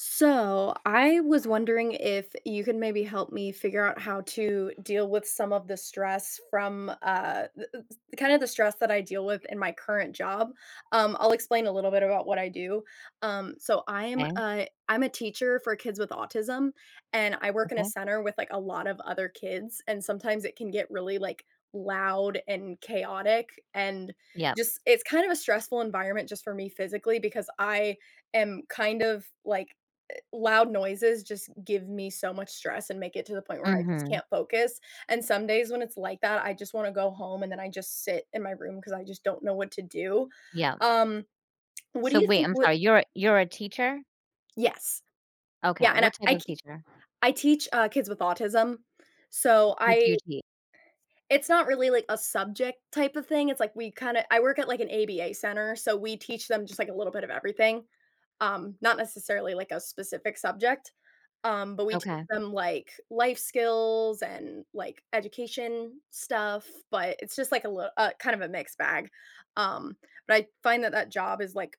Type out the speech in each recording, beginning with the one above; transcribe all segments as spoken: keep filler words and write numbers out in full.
So, I was wondering if you could maybe help me figure out how to deal with some of the stress from uh, th- th- kind of the stress that I deal with in my current job. Um, I'll explain a little bit about what I do. Um, so, I am Okay, a I'm a teacher for kids with autism, and I work in a okay. center with like a lot of other kids, and sometimes it can get really like loud and chaotic, and Yep. just it's kind of a stressful environment just for me physically. Because I am kind of like Loud noises just give me so much stress and make it to the point where I just Mhm. can't focus, and some days when it's like that, I just wanna go home and then I just sit in my room because I just don't know what to do. Yep. Um, what do So you wait, think I'm would. sorry, you're a you're a teacher? Yes. Yeah, Okay, and I what type I of ke- teacher? I teach, uh, kids with autism, so What do I you teach? it's not really like a subject type of thing, it's like we kinda I work at like an A B A center, so we teach them just like a little bit of everything. Um, not necessarily like a specific subject, um, but we teach Okay. them like life skills and like education stuff, but it's just like a little, uh, kind of a mixed bag. Um, but I find that that job is like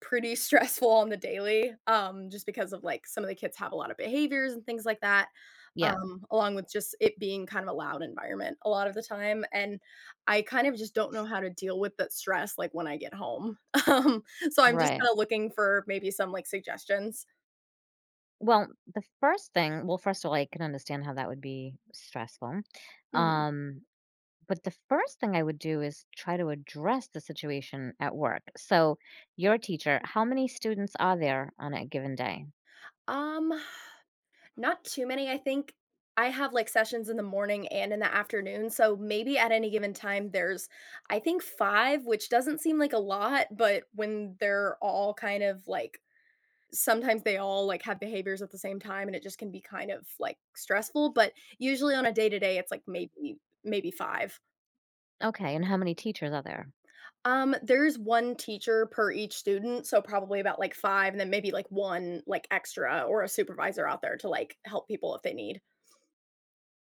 pretty stressful on the daily, um, just because of, like, some of the kids have a lot of behaviors and things like that, Yep, um, along with just it being kind of a loud environment a lot of the time, and I kind of just don't know how to deal with that stress, like, when I get home. Um, so I'm just right. kinda looking for maybe some, like, suggestions. Well, the first thing well, first of all, I can understand how that would be stressful. Mhm. Um, but the first thing I would do is try to address the situation at work. So you're a teacher, how many students are there on a given day? Um Not too many, I think. I have, like, sessions in the morning and in the afternoon, so maybe at any given time, there's, I think, five, which doesn't seem like a lot, but when they're all kind of, like, sometimes they all, like, have behaviors at the same time, and it just can be kind of, like, stressful, but usually on a day-to-day, it's, like, maybe maybe five. Okay, and how many teachers are there? Um, there's one teacher per each student, so probably about, like, five and then maybe, like, one, like, extra or a supervisor out there to, like, help people if they need.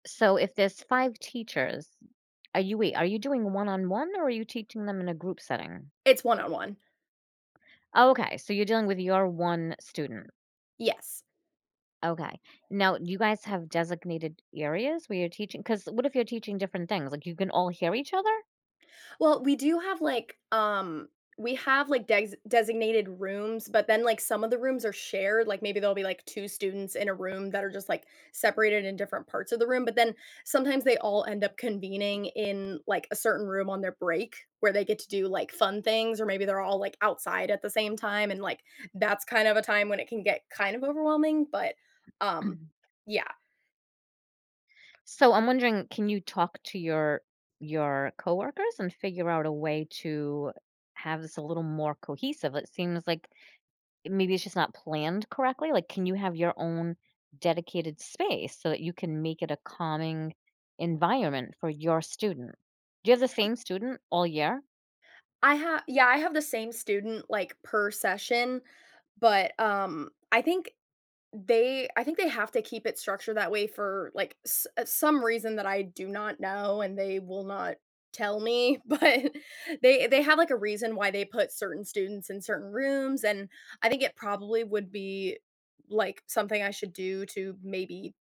So if there's five teachers, are you wait, are you doing one-on-one or are you teaching them in a group setting? It's one-on-one. Okay, so you're dealing with your one student. Yes. Okay. Now, do you guys have designated areas where you're teaching? teaching. Because what if you're teaching different things? Like, you can all hear each other? Well, we do have, like, um we have, like, des designated rooms, but then, like, some of the rooms are shared, like, maybe there'll be, like, two students in a room that are just, like, separated in different parts of the room, but then sometimes they all end up convening in, like, a certain room on their break where they get to do, like, fun things, or maybe they're all, like, outside at the same time, and, like, that's kind of a time when it can get kind of overwhelming, but, um Mhm. yeah. So I'm wondering, can you talk to your your coworkers and figure out a way to have this a little more cohesive? It seems like maybe it's just not planned correctly? Like, can you have your own dedicated space so that you can make it a calming environment for your student? Do you have the same student all year? I have, yeah, I have the same student, like, per session, but, um, I think they I think they have to keep it structured that way for, like, s uh, some reason that I do not know, and they will not tell me, but they they have, like, a reason why they put certain students in certain rooms, and I think it probably would be, like, something I should do to maybe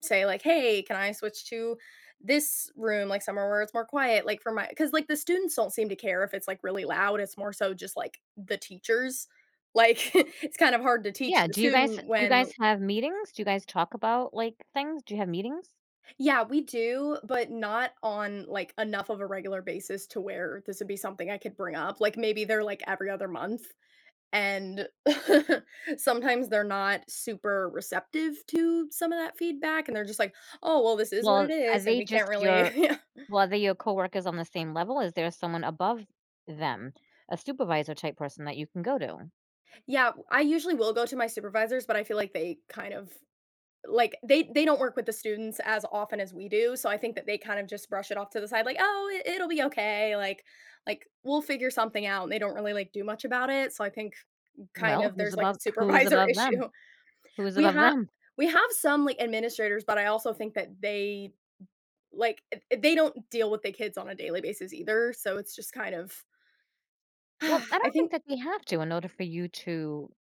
say, like, "Hey, can I switch to this room, like, somewhere where it's more quiet?" Like, for my? Because, like, the students don't seem to care if it's, like, really loud, it's more so just, like, the teachers. Like, it's kind of hard to teach Yeah, the do you guys do student you when. guys have meetings? Do you guys talk about, like, things? Do you have meetings? Yeah, we do, but not on, like, enough of a regular basis to where this would be something I could bring up. Like, maybe they're, like, every other month, and sometimes they're not super receptive to some of that feedback, and they're just like, "Oh, well, this is what it Well, are is, and they we can't just really." your well, are they your coworkers on the same level? Is there someone above them, a supervisor type person that you can go to? Yeah, I usually will go to my supervisors, but I feel like they kind of, like, they they don't work with the students as often as we do, so I think that they kind of just brush it off to the side like, "Oh, it it'll be okay," like like, "We'll figure something out," and they don't really, like, do much about it, so I think kind Well, of who's there's, like, a above who is supervisor above them? issue. Who is We above have them? we have some, like, administrators, but I also think that they, like, eh eh, they don't deal with the kids on a daily basis either, so it's just kind of Well, I I don't think think. that they have to in order for you to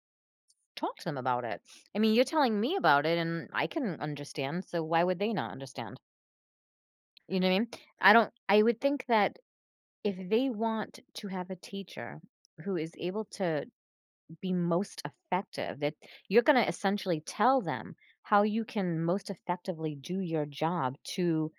talk to them about it. I mean, you're telling me about it and I can understand, so why would they not understand? You know what I mean? I don't I would think that if they want to have a teacher who is able to be most effective, that you're going to essentially tell them how you can most effectively do your job to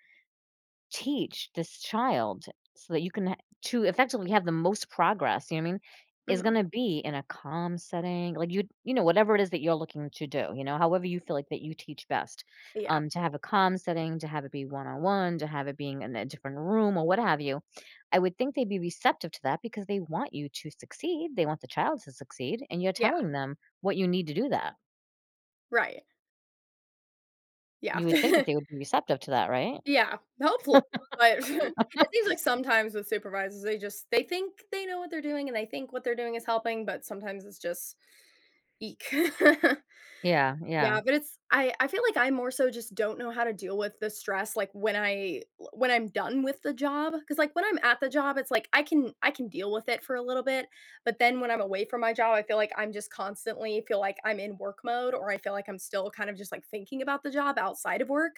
teach this child so that you can ha to effectively have the most progress, you know what I mean, is Mhm. gonna be in a calm setting, like, you you know, whatever it is that you're looking to do, you know, however you feel like that you teach best, Yeah. um, to have a calm setting, to have it be one-on-one, to have it being in a different room or what have you. I would think they'd be receptive to that because they want you to succeed, they want the child to succeed, and you're Yeah. telling them what you need to do that. Right. Yeah. You would think that they would be receptive to that, right? Yeah, hopefully, but it seems like sometimes with supervisors, they just they think they know what they're doing and they think what they're doing is helping, but sometimes it's just eek. Yeah, yeah. Yeah, but it's I I feel like I more so just don't know how to deal with the stress, like, when I when I'm done with the job, because, like, when I'm at the job, it's like I can I can deal with it for a little bit, but then when I'm away from my job, I feel like I'm just constantly feel like I'm in work mode, or I feel like I'm still kind of just, like, thinking about the job outside of work.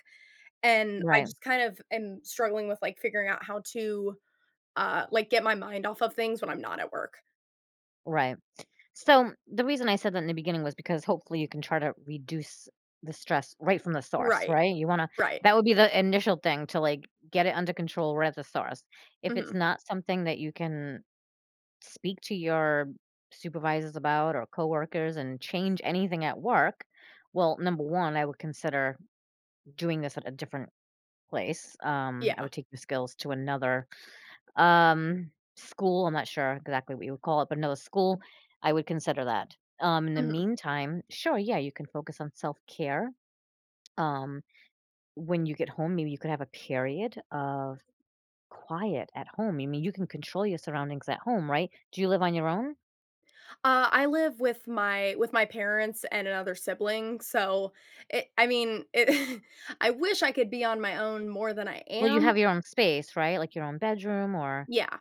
And I Right, just kind of am struggling with, like, figuring out how to, uh, like, get my mind off of things when I'm not at work. right. So the reason I said that in the beginning was because hopefully you can try to reduce the stress right from the source, Right, right? You want to right. that would be the initial thing to like get it under control right at the source. If it's Mhm. not something that you can speak to your supervisors about or coworkers and change anything at work, well, number one, I would consider doing this at a different place. Um, I Yeah, would take your skills to another um, school, I'm not sure exactly what you would call it, but another school, I would consider that. Um, in the mhm. meantime, sure, yeah, you can focus on self-care. Um, when you get home, maybe you could have a period of quiet at home. I mean, you can control your surroundings at home, right? Do you live on your own? Uh, I live with my with my parents and another sibling, so it I mean, it I wish I could be on my own more than I Well, you am. have your own space, right? Like your own bedroom or Yeah,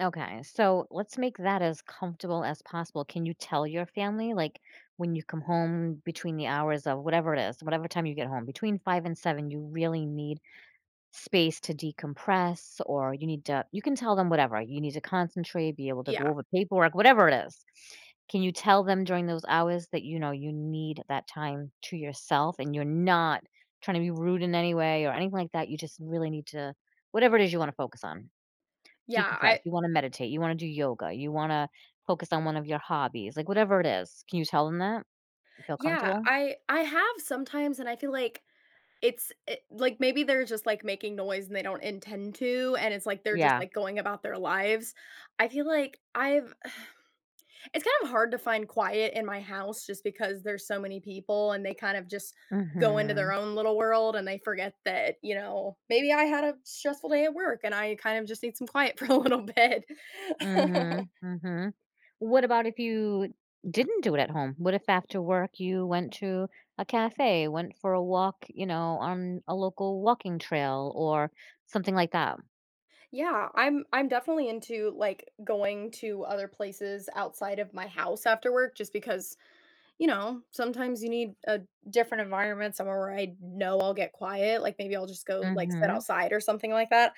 okay, so let's make that as comfortable as possible. Can you tell your family, like, when you come home between the hours of whatever it is, whatever time you get home, between five and seven, you really need space to decompress, or you need to, you can tell them whatever. You need to concentrate, be able to go yeah, over paperwork, whatever it is. Can you tell them during those hours that, you know, you need that time to yourself and you're not trying to be rude in any way or anything like that? You just really need to, whatever it is you want to focus on. yeah, Decompress, I you wanna meditate, you wanna do yoga, you wanna focus on one of your hobbies, like, whatever it is. Can you tell them that? You feel yeah, comfortable? I I have sometimes, and I feel like It's it like, maybe they're just, like, making noise and they don't intend to, and it's like they're just, Yeah. like, going about their lives. I feel like I've It's kind of hard to find quiet in my house just because there's so many people and they kind of just go into their Mhm. own little world and they forget that, you know, maybe I had a stressful day at work and I kind of just need some quiet for a little bit. Mhm. Mhm. What about if you didn't do it at home? What if after work you went to a cafe, went for a walk, you know, on a local walking trail or something like that? Yeah, I'm I'm definitely into, like, going to other places outside of my house after work, just because You know, sometimes you need a different environment, somewhere where I know I'll get quiet, like, maybe I'll just go, like, sit Mhm. outside or something like that.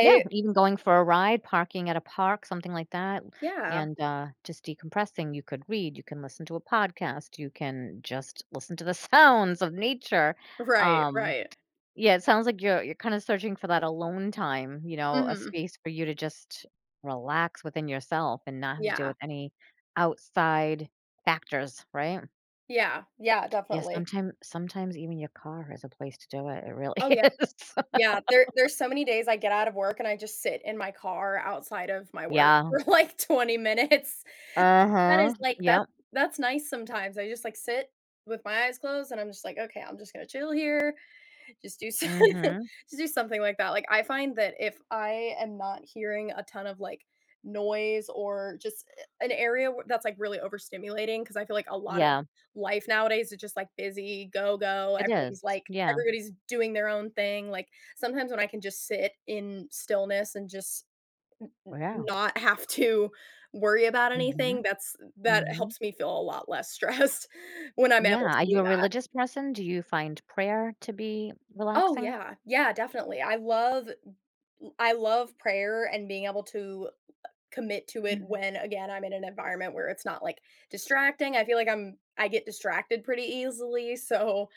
Yeah, even going for a ride, parking at a park, something like that, Yeah. and, uh, just decompressing. You could read, you can listen to a podcast, you can just listen to the sounds of nature. Right, Um, right. yeah, it sounds like you're you're kinda searching for that alone time, you know, a Mhm. space for you to just relax within yourself and not have to deal Yeah. with any outside factors, right? Yeah, yeah, Yeah, definitely. sometimes sometimes even your car is a place to do it, it really Oh, yeah. is. Yeah, there there's so many days I get out of work and I just sit in my car outside of my work Yeah. for like twenty minutes. That is Uh-huh. like that's Yep, that's nice sometimes. I just like sit with my eyes closed and I'm just like, "Okay, I'm just gonna chill here." Just do so mhm. Just do something like that. Like, I find that if I am not hearing a ton of like noise or just, eh, an area wh that's like really overstimulating, because I feel like a lot of Yeah, life nowadays is just like busy, go, go, it is. everybody's like Yeah. everybody's doing their own thing, like. Sometimes when I can just sit in stillness and just Yeah. not have to worry about anything, Mhm, that's that mhm. helps me feel a lot less stressed when I'm able Yeah, are to do you a that. religious person? Do you find prayer to be Oh, relaxing? yeah. Yeah, definitely. I love I love prayer and being able to commit to it Mhm. when, again, I'm in an environment where it's not, like, distracting. I feel like I'm I get distracted pretty easily, so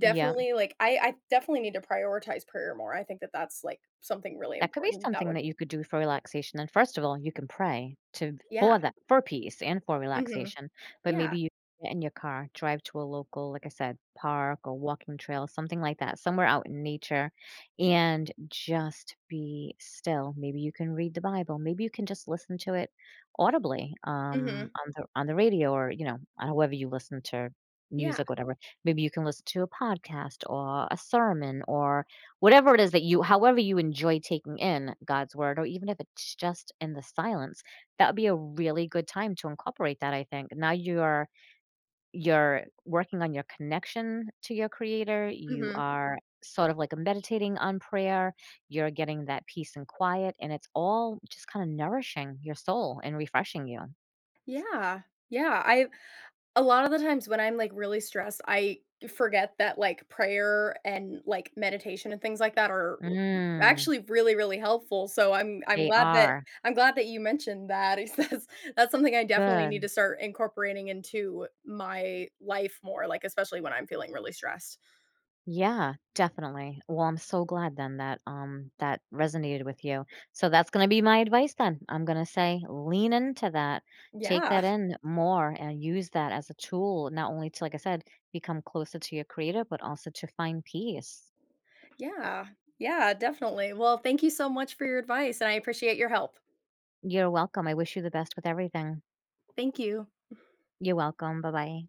Yeah. like, I I definitely need to prioritize prayer more. I think that that's, like, something really That could be important that something would. that you could do for relaxation. And first of all, you can pray to for Yeah. that for peace and for Mhm. relaxation. But Yeah. maybe you get in your car, drive to a local, like I said, park or walking trail, something like that, somewhere out in nature, and just be still. Maybe you can read the Bible. Maybe you can just listen to it audibly um, Mhm. on the on the radio or you know however you listen to Yeah. music, whatever. Maybe you can listen to a podcast or a sermon or whatever it is that you however you enjoy taking in God's word, or even if it's just in the silence, that would be a really good time to incorporate that, I think. Now you're you're working on your connection to your creator, you Mhm. are sort of like meditating on prayer, you're getting that peace and quiet, and it's all just kind of nourishing your soul and refreshing you. Yeah. Yeah, I a lot of the times when I'm, like, really stressed, I forget that, like, prayer and, like, meditation and things like that are l Mm, actually really, really helpful, so I'm I'm they glad that are. I'm glad that you mentioned that. It's that's that's something I definitely need to Good. start incorporating into my life more, like, especially when I'm feeling really stressed. Yeah, definitely. Well, I'm so glad then that um that resonated with you. So that's going to be my advice then. I'm going to say lean into that, take Yeah. that in more and use that as a tool not only to like I said, become closer to your creator but also to find peace. Yeah. Yeah, definitely. Well, thank you so much for your advice, and I appreciate your help. You're welcome. I wish you the best with everything. Thank you. You're welcome. Bye-bye.